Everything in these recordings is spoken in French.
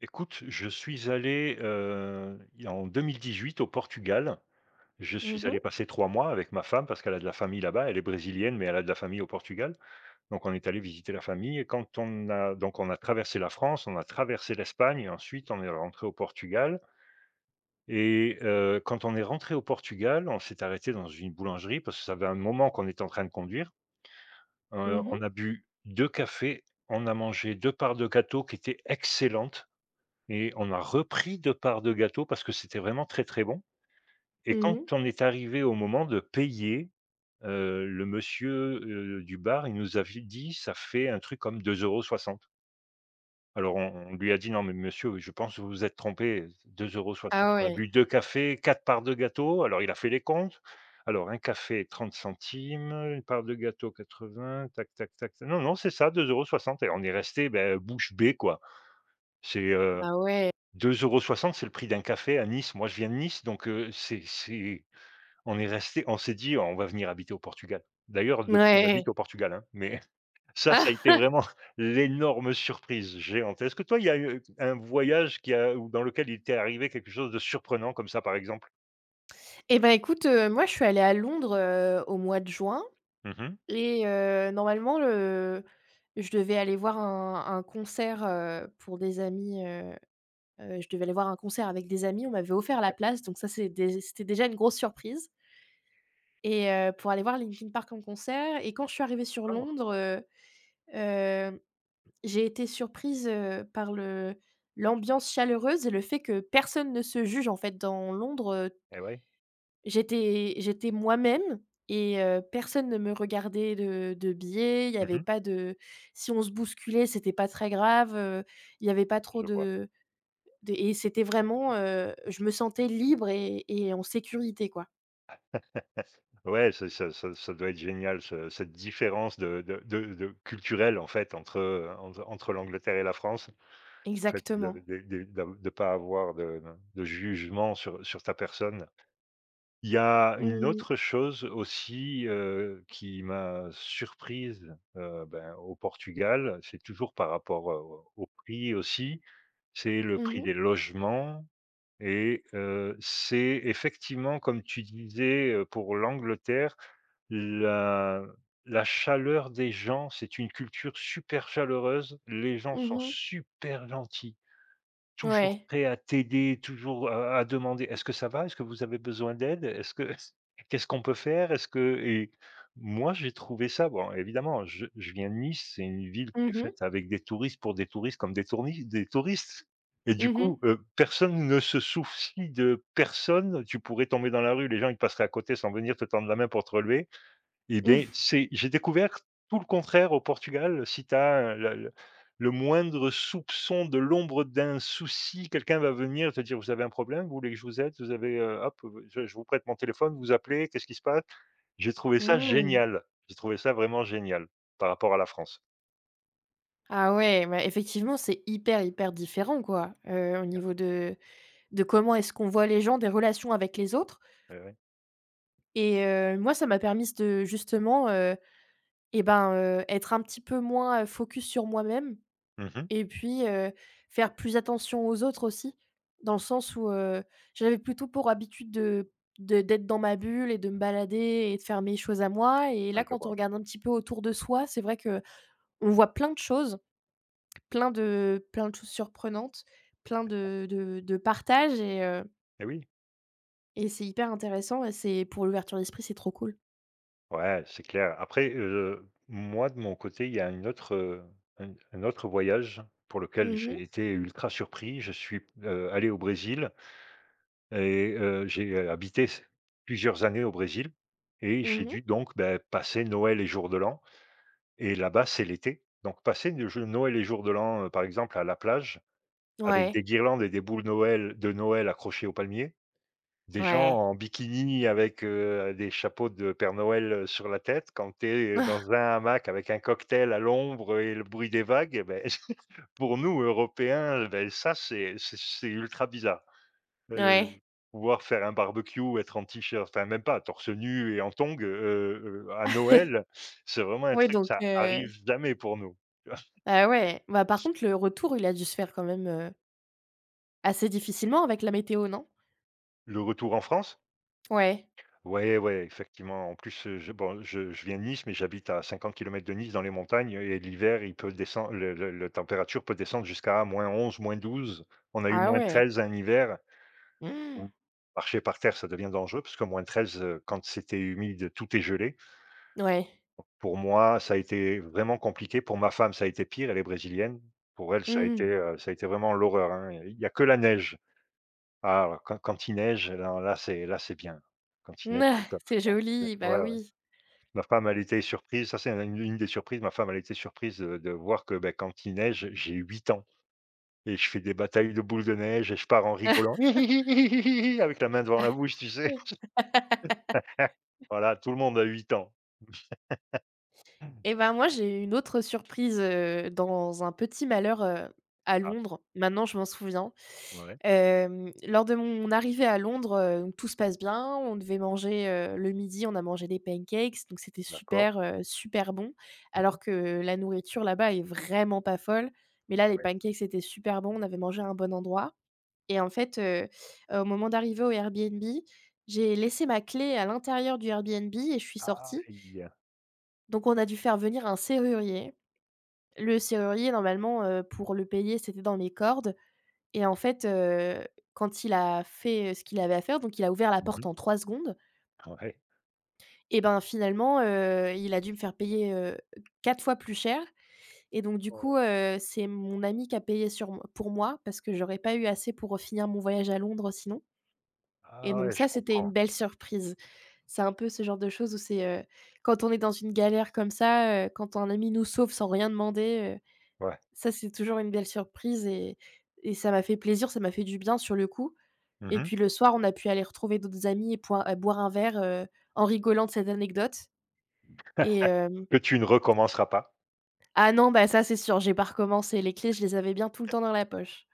Écoute, je suis allé, il y a en 2018 au Portugal. Je Mmh suis mh. allé passer 3 mois avec ma femme parce qu'elle a de la famille là-bas. Elle est brésilienne, mais elle a de la famille au Portugal. Donc on est allé visiter la famille et quand on a donc on a traversé la France, on a traversé l'Espagne et ensuite on est rentré au Portugal et quand on est rentré au Portugal, on s'est arrêté dans une boulangerie parce que ça avait un moment qu'on était en train de conduire. Mmh mh. On a bu 2 cafés, on a mangé 2 parts de gâteau qui étaient excellentes. Et on a repris 2 parts de gâteau parce que c'était vraiment très, très bon et Mmh quand mh. on est arrivé au moment de payer, le monsieur, du bar, il nous avait dit: «Ça fait un truc comme 2,60 €». Alors on lui a dit: «Non mais monsieur, je pense que vous vous êtes trompé, 2,60 €, Ah on a ouais. bu 2 cafés, 4 parts de gâteau». Alors il a fait les comptes. Alors un café 30 centimes, une part de gâteau 80, tac, tac, tac, tac. Non, non, c'est ça 2,60 €. Et on est resté, beh, bouche bée quoi. C'est, heu Ah ouais. 2,60 €, c'est le prix d'un café à Nice. Moi, je viens de Nice, donc c'est on est resté on s'est dit: «On va venir habiter au Portugal». D'ailleurs, depuis, on habite Ouais. au Portugal, hein, mais ça a été vraiment l'énorme surprise géante. Est-ce que toi, il y a eu un voyage qui a ou dans lequel il t'est arrivé quelque chose de surprenant comme ça, par exemple? Et bah, écoute, moi, je suis allée à Londres, au mois de juin Mmh mh. et normalement, le je devais aller voir un concert, pour des amis, je devais aller voir un concert avec des amis. On m'avait offert la place, donc ça, c'était déjà une grosse surprise et pour aller voir Linkin Park en concert. Et quand je suis arrivée sur D'accord. Londres, hem j'ai été surprise, par le l'ambiance chaleureuse et le fait que personne ne se juge en fait dans Londres. Et ouais. J'étais moi-même et personne ne me regardait de biais, il y avait Mmh. pas de. Si on se bousculait, c'était pas très grave, il y avait pas trop Je vois. de. Et c'était vraiment, je me sentais libre et en sécurité quoi. Ouais, c'est ça doit être génial ce cette différence de culturelle, en fait, entre, entre l'Angleterre et la France. Le fait Exactement. De pas avoir de jugement sur ta personne. Il y a une Mmh. autre chose aussi, qui m'a surprise, ben, au Portugal, c'est toujours par rapport, au prix aussi, c'est le Mmh prix mh. des logements et c'est effectivement comme tu disais, pour l'Angleterre, la la chaleur des gens, c'est une culture super chaleureuse, les gens sont Mmh. super gentils. Toujours Ouais. prêt à t'aider, toujours à demander: «Est-ce que ça va? Est-ce que vous avez besoin d'aide? Est-ce que qu'est-ce qu'on peut faire? Est-ce que» et moi, j'ai trouvé ça bon, évidemment, je viens de Nice, c'est une ville qui est Mmh mh. faite avec des touristes pour des touristes comme des touristes et du Mmh mh. coup, personne ne se soucie de personne. Tu pourrais tomber dans la rue, les gens, ils passeraient à côté sans venir te tendre la main pour te relever. Eh bien, Mmh. c'est j'ai découvert tout le contraire au Portugal. Si tu as le moindre soupçon de l'ombre d'un souci, quelqu'un va venir te dire: «Vous avez un problème? Vous voulez que je vous aide? Vous avez, hop, je vous prête mon téléphone, vous appelez, qu'est-ce qui se passe?» J'ai trouvé ça Mmh. génial. J'ai trouvé ça vraiment génial par rapport à la France. Ah ouais, bah, effectivement, c'est hyper, hyper différent, quoi, au Voilà. niveau de comment est-ce qu'on voit les gens, des relations avec les autres. Ouais, ouais. Et moi, ça m'a permis de justement, et ben, être un petit peu moins, focus sur moi-même Mmh. et puis, faire plus attention aux autres aussi. Dans le sens où, j'avais plutôt pour habitude de d'être dans ma bulle et de me balader et de faire mes choses à moi. Et Ouais, là, je quand on vois. regarde un petit peu autour de soi, c'est vrai que on voit plein de choses. Plein de choses surprenantes, plein de partage Eh oui. et c'est hyper intéressant et c'est pour l'ouverture d'esprit, c'est trop cool. Ouais, c'est clair. Après, moi, de mon côté, il y a un autre voyage pour lequel Mmh mh. j'ai été ultra surpris. Je suis, allé au Brésil et j'ai, habité s plusieurs années au Brésil et Mmh j'ai mh. dû donc, beh, passer Noël et jour de l'an et là-bas, c'est l'été. Donc passer de je Noël et jour de l'an, par exemple, à la plage avec des Ouais, guirlandes et des boules Noël de Noël accrochées aux palmiers, des gens ouais. en bikini avec, des chapeaux de Père Noël, sur la tête, quand tu es dans un hamac avec un cocktail à l'ombre et le bruit des vagues et beh, pour nous Européens, beh, ça c'est ultra bizarre. Heu, Ouais. Pouvoir faire un barbecue, être en t-shirt, enfin même pas, torse nu et en tongs, à Noël, c'est vraiment un Oui truc, donc, ça arrive jamais pour nous. ah ouais. Bah, par contre le retour, il a dû se faire quand même, assez difficilement avec la météo, non? Le retour en France. Ouais. Ouais, ouais, effectivement. En plus, je bon, je viens de Nice, mais j'habite à 50 kilomètres de Nice dans les montagnes et l'hiver, il peut descendre le la température peut descendre jusqu'à -11, -12. On a eu Ah moins ouais. treize un hiver où marcher par terre, ça devient dangereux parce que -13, quand c'était humide, tout est gelé. Ouais. Pour moi, ça a été vraiment compliqué. Pour ma femme, ça a été pire, elle est brésilienne. Pour elle, Mmh mh. Ça a été vraiment l'horreur, hein. Il y a que la neige. Ah, alors quand il neige, alors là, c'est bien. Quand il neige, c'est top. C'est joli, bah Ouais, ouais. oui. Ma femme, elle était surprise, ça c'est une des surprises, ma femme, elle était surprise, de voir que, bah, quand il neige, j'ai 8 ans et je fais des batailles de boules de neige et je pars en rigolant: «Hi hi hi, hi hi hi hi avec la main devant la bouche, tu sais? Voilà, tout le monde a 8 ans. Et ben, moi, j'ai eu une autre surprise, dans un petit malheur, à Ah, Londres. Maintenant, je m'en souviens. ouais, Lors de mon arrivée à Londres, donc tout se passe bien. On devait manger, le midi, on a mangé des pancakes, donc c'était d'accord. super, super bon. Alors Mmh. que la nourriture là-bas est vraiment pas folle. Mais là, les Ouais. pancakes étaient super bons, on avait mangé à un bon endroit. Et en fait, au moment d'arriver au Airbnb, j'ai laissé ma clé à l'intérieur du Airbnb et je suis sortie. Aïe! Donc on a dû faire venir un serrurier. Le serrurier normalement, pour le payer, c'était dans mes cordes. Et en fait, quand il a fait, ce qu'il avait à faire, donc il a ouvert la Mmh porte mh. en 3 secondes. Ah ouais. Et ben, finalement, il a dû me faire payer, 4 fois plus cher. Et donc du Oh, coup, c'est mon ami qui a payé sur mo pour moi parce que j'aurais pas eu assez pour, finir mon voyage à Londres sinon. Et ah donc ouais, je ça, c'était une comprends. belle surprise. C'est un peu ce genre de choses où c'est, quand on est dans une galère comme ça, quand un ami nous sauve sans rien demander, Ouais. ça, c'est toujours une belle surprise et ça m'a fait plaisir, ça m'a fait du bien sur le coup. Et Mmh. puis le soir, on a pu aller retrouver d'autres amis et poi et boire un verre, en rigolant de cette anecdote. Et hem Que tu ne recommenceras pas. Ah non, bah, ça, c'est sûr, j'ai pas recommencé. Les clés, je les avais bien tout le temps dans la poche.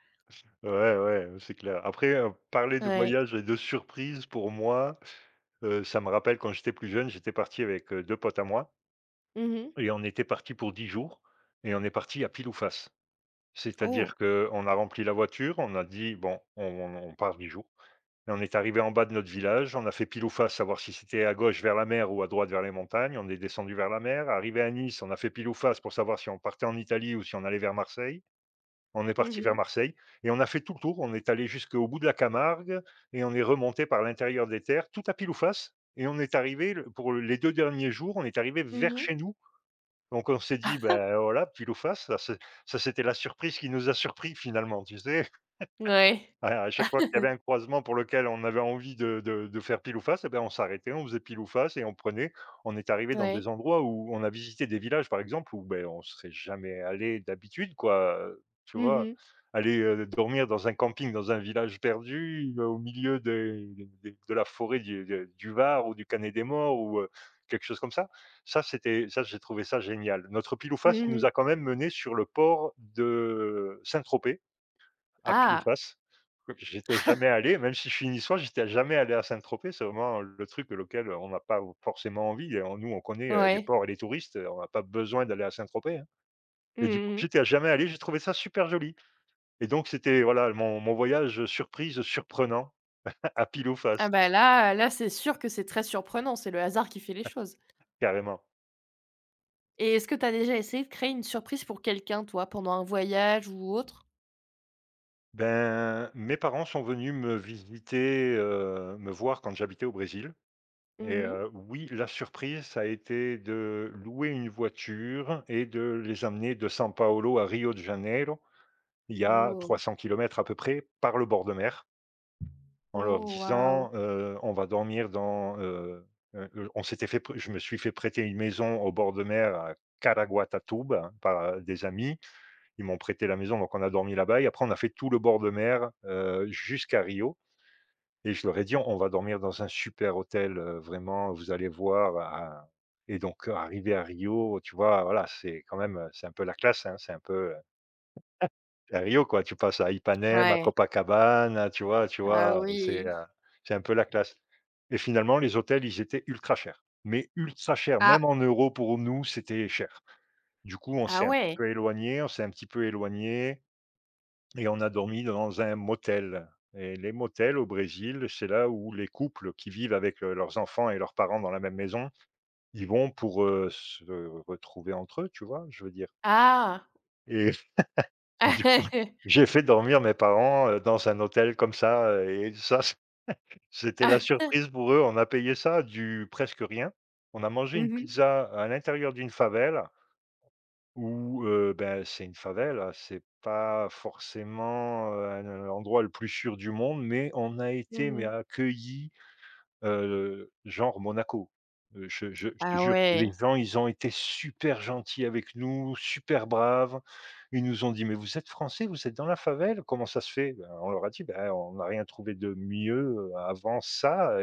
Ouais, ouais, c'est clair. Après, parler de Ouais. voyage et de surprise pour moi. Ça me rappelle quand j'étais plus jeune, j'étais parti avec, 2 potes à moi Mmh. et on était parti pour 10 jours et on est parti à pile ou face. C'est-à-dire Oh! qu'on a rempli la voiture, on a dit: «Bon, on part 10 jours» et on est arrivé en bas de notre village, on a fait pile ou face, savoir si c'était à gauche vers la mer ou à droite vers les montagnes. On est descendu vers la mer. Arrivé à Nice, on a fait pile ou face pour savoir si on partait en Italie ou si on allait vers Marseille. On est Mmh parti vers mh. Marseille et on a fait tout le tour. On est allé jusqu'au bout de la Camargue et on est remonté par l'intérieur des terres, tout à pile ou face et on est arrivé le pour les 2 derniers jours, on est arrivé vers Mmh. chez nous. Donc on s'est dit: «Ben voilà, pile ou face», ça c'est ça c'était la surprise qui nous a surpris finalement, tu sais? Ouais. Ouais, à chaque fois qu'il y avait un croisement pour lequel on avait envie de faire pile ou face, et ben, on s'arrêtait, on faisait pile ou face et on prenait. On est arrivé dans Ouais. des endroits où on a visité des villages, par exemple, où, ben on serait jamais allé d'habitude, quoi, tu Mmh vois? mh. Aller, dormir dans un camping, dans un village perdu, au milieu des de la forêt du Var ou du Canet des Morts ou, quelque chose comme ça. Ça, c'était ça, j'ai trouvé ça génial. Notre pile ou face, il nous Mmh. a quand même menés sur le port de Saint-Tropez. À Ah! Pile-Face. J'étais jamais allé, même si je suis niçois, j'étais jamais allé à Saint-Tropez. C'est vraiment le truc auquel on n'a pas forcément envie. Et on nous, on connaît, les Ouais. ports et les touristes, on n'a pas besoin d'aller à Saint-Tropez, hein. Et du coup, Mmh. j'étais jamais allé, j'ai trouvé ça super joli. Et donc c'était voilà mon voyage surprise, surprenant à pile ou Ah, face, bah, là, là, c'est sûr que c'est très surprenant, c'est le hasard qui fait les choses. carrément. Et est-ce que tu as déjà essayé de créer une surprise pour quelqu'un, toi, pendant un voyage ou autre? Ben, mes parents sont venus me visiter, me voir quand j'habitais au Brésil. Et Mmh mh. Oui, la surprise, ça a été de louer une voiture et de les amener de São Paulo à Rio de Janeiro. Il y a Oh! 300 kilomètres à peu près par le bord de mer, en leur Oh, waouh! disant: «On va dormir dans» on s'était fait prê je me suis fait prêter une maison au bord de mer à Caraguatatuba hein, par, des amis. Ils m'ont prêté la maison, donc on a dormi là-bas et après on a fait tout le bord de mer, jusqu'à Rio. Et je leur ai dit: «On va dormir dans un super hôtel, vraiment, vous allez voir, à» et donc arrivé à Rio, tu vois, voilà, c'est quand même, c'est un peu la classe, hein, c'est un peu, à Rio, quoi, tu passes à Ipanema, à Ouais. Copacabana, tu vois tu Ah vois? oui. C'est un peu la classe et finalement, les hôtels, ils étaient ultra chers, mais ultra chers, Ah! même en euros pour nous, c'était cher. Du coup, on Ah s'est un petit ouais! peu éloigné, on s'est un petit peu éloigné et on a dormi dans un motel. Et les motels au Brésil, c'est là où les couples qui vivent avec, leurs enfants et leurs parents dans la même maison, ils vont pour, se retrouver entre eux, tu vois? Je veux dire, Ah! et et du coup, j'ai fait dormir mes parents, dans un hôtel comme ça, et ça c c'était la Ah! surprise pour eux. On a payé ça du presque rien. On a mangé Mmh une mh. pizza à l'intérieur d'une favelle. Ou, bah, c'est une favela, c'est pas forcément, le l'endroit le plus sûr du monde, mais on a Mmh été, mais mh. accueillis, genre Monaco. Je te Ah jure, ouais. les gens, ils ont été super gentils avec nous, super braves. Ils nous ont dit: «Mais vous êtes français, vous êtes dans la favelle, comment ça se fait?» Ben, on leur a dit: «Ben, on n'a rien trouvé de mieux, avant ça».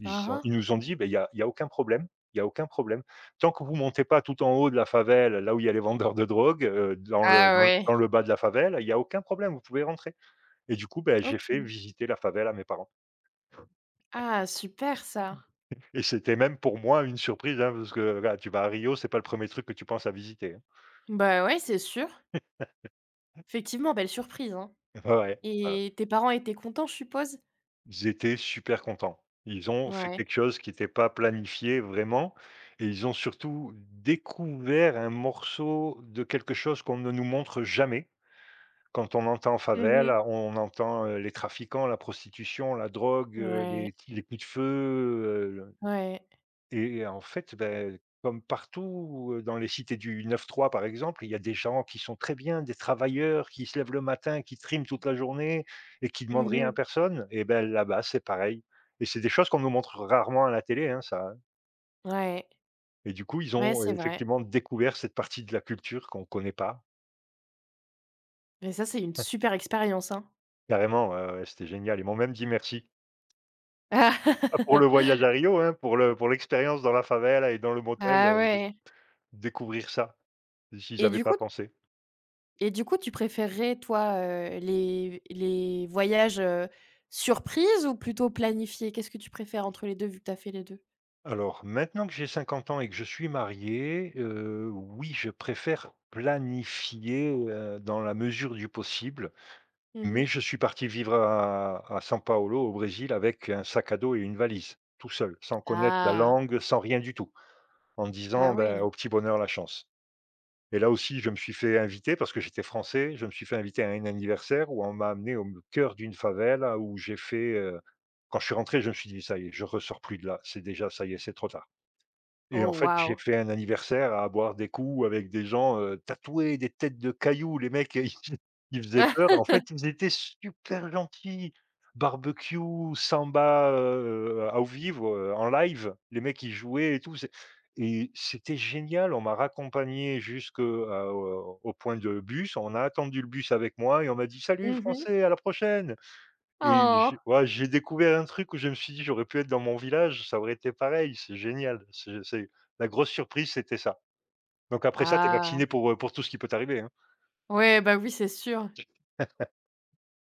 Ils ont Aha. ils nous ont dit: ben il y a aucun problème, il y a aucun problème. Tant que vous montez pas tout en haut de la favelle, là où il y a les vendeurs de drogue, dans le Ah dans le ouais. dans le bas de la favelle, il y a aucun problème, vous pouvez rentrer». Et du coup, ben j'ai fait OK. visiter la favelle à mes parents, Ah, super ça! et c'était même pour moi une surprise, hein, parce que là, tu vas à Rio, c'est pas le premier truc que tu penses à visiter, hein. Bah ouais, c'est sûr. Effectivement, belle surprise, hein. Ouais, ouais, ouais, ouais. Et tes parents étaient contents, je suppose? Ils étaient super contents. Ils ont fait Ouais. quelque chose qui n'était pas planifié vraiment et ils ont surtout découvert un morceau de quelque chose qu'on ne nous montre jamais. Quand on entend Mmh mh. favela, on entend, les trafiquants, la prostitution, la drogue, Ouais. les coups de feu, le Ouais. et en fait, beh, comme partout, dans les cités du 93 par exemple, il y a des gens qui sont très bien, des travailleurs qui se lèvent le matin, qui triment toute la journée et qui demandent Mmh rien à mh. personne, et ben, là-bas, c'est pareil. Et c'est des choses qu'on nous montre rarement à la télé, hein, ça, hein. Ouais. Et du coup, ils Ouais, ont c'est vrai. effectivement découvert cette partie de la culture qu'on connaît pas. Mais ça, c'est une super expérience, hein. Carrément, ouais, ouais, c'était génial. Ils m'ont même dit merci. Pas pour le voyage à Rio, hein, pour le pour l'expérience dans la favela et dans le motel, Ah ouais. découvrir ça, j'y Et avais du pas coup pensé. et du coup, tu préférerais, toi, les voyages, surprises ou plutôt planifiés? Qu'est-ce que tu préfères entre les 2 vu que tu as fait les deux. Alors maintenant que j'ai 50 ans et que je suis marié, oui, je préfère planifier, dans la mesure du possible, mais Mmh. je suis parti vivre à São Paulo, au Brésil, avec un sac à dos et une valise, tout seul, sans connaître la Ah! langue, sans rien du tout, en Ah disant: «Ben, ouais. au petit bonheur la chance». Et là aussi, je me suis fait inviter parce que j'étais français, je me suis fait inviter à un anniversaire où on m'a amené au cœur d'une favela où j'ai fait, quand je suis rentré, je me suis dit: «Ça y est, je ressors plus de là, c'est déjà ça y est, c'est trop tard». Et Oh en fait, j'ai waouh! fait un anniversaire à boire des coups avec des gens, tatoués, des têtes de cailloux. Les mecs, ils faisaient peur. En fait, ils étaient super gentils. Barbecue, samba, ao vivo, en live. Les mecs, ils jouaient et tout. C'est et c'était génial. On m'a raccompagné jusque, au point de bus. On a attendu le bus avec moi et on m'a dit: «Salut Mmh. français, à la prochaine!» Et Oh! j'ai ouais, j'ai découvert un truc où je me suis dit: «J'aurais pu être dans mon village, ça aurait été pareil, c'est génial». C'est la grosse surprise, c'était ça. Donc après ça, tu es Ah! vacciné pour tout ce qui peut t'arriver, hein. Ouais, bah, oui, c'est sûr.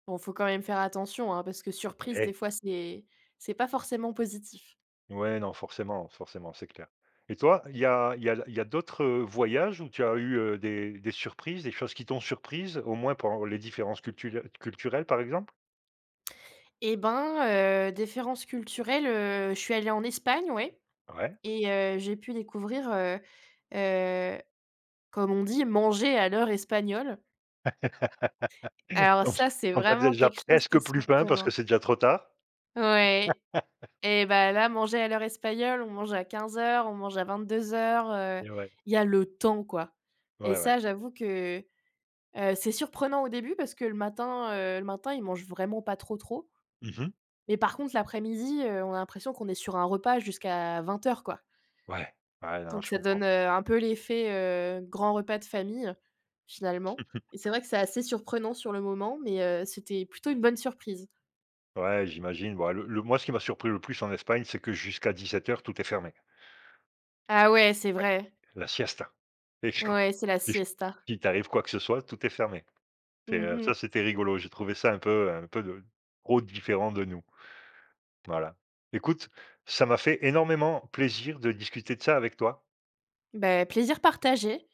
Bon, faut quand même faire attention, hein, parce que surprise, des Ouais. fois, c'est pas forcément positif. Ouais, non, forcément, forcément, c'est clair. Et toi, il y a il y a il y a d'autres, voyages où tu as eu, des surprises, des choses qui t'ont surprise, au moins pendant les différences culturelles, par exemple? Et ben, différences culturelles, je suis allée en Espagne, ouais. Ouais. Et j'ai pu découvrir, heu, comme on dit, manger à l'heure espagnole. Alors Quand ça, c'est quand tu as vraiment déjà quelque chose qui est presque plus faim parce surprenant. que c'est déjà trop tard. Ouais. Et bah, là, manger à l'heure espagnole, on mange à 15h, on mange à 22:00, Et ouais, il y a le temps, quoi. Et ouais, ouais. ça, j'avoue que, c'est surprenant au début parce que le matin, ils mangent vraiment pas trop, trop. Mmh mh. Mais par contre l'après-midi, on a l'impression qu'on est sur un repas jusqu'à 20h, quoi. Ouais. Ouais, non, Donc je ça donne, comprends. Un peu l'effet, grand repas de famille, finalement. Et c'est vrai que c'est assez surprenant sur le moment, mais c'était plutôt une bonne surprise. Ouais, j'imagine. Bon, le moi, ce qui m'a surpris le plus en Espagne, c'est que jusqu'à 17 heures, tout est fermé. Ah ouais, c'est Ouais, vrai. la siesta et je Ouais, c'est la et je siesta. il t'arrive quoi que ce soit, tout est fermé. C'est, Mmh ça, mh. c'était rigolo. J'ai trouvé ça un peu de trop différent de nous. Voilà. Écoute, ça m'a fait énormément plaisir de discuter de ça avec toi. Bah, plaisir partagé.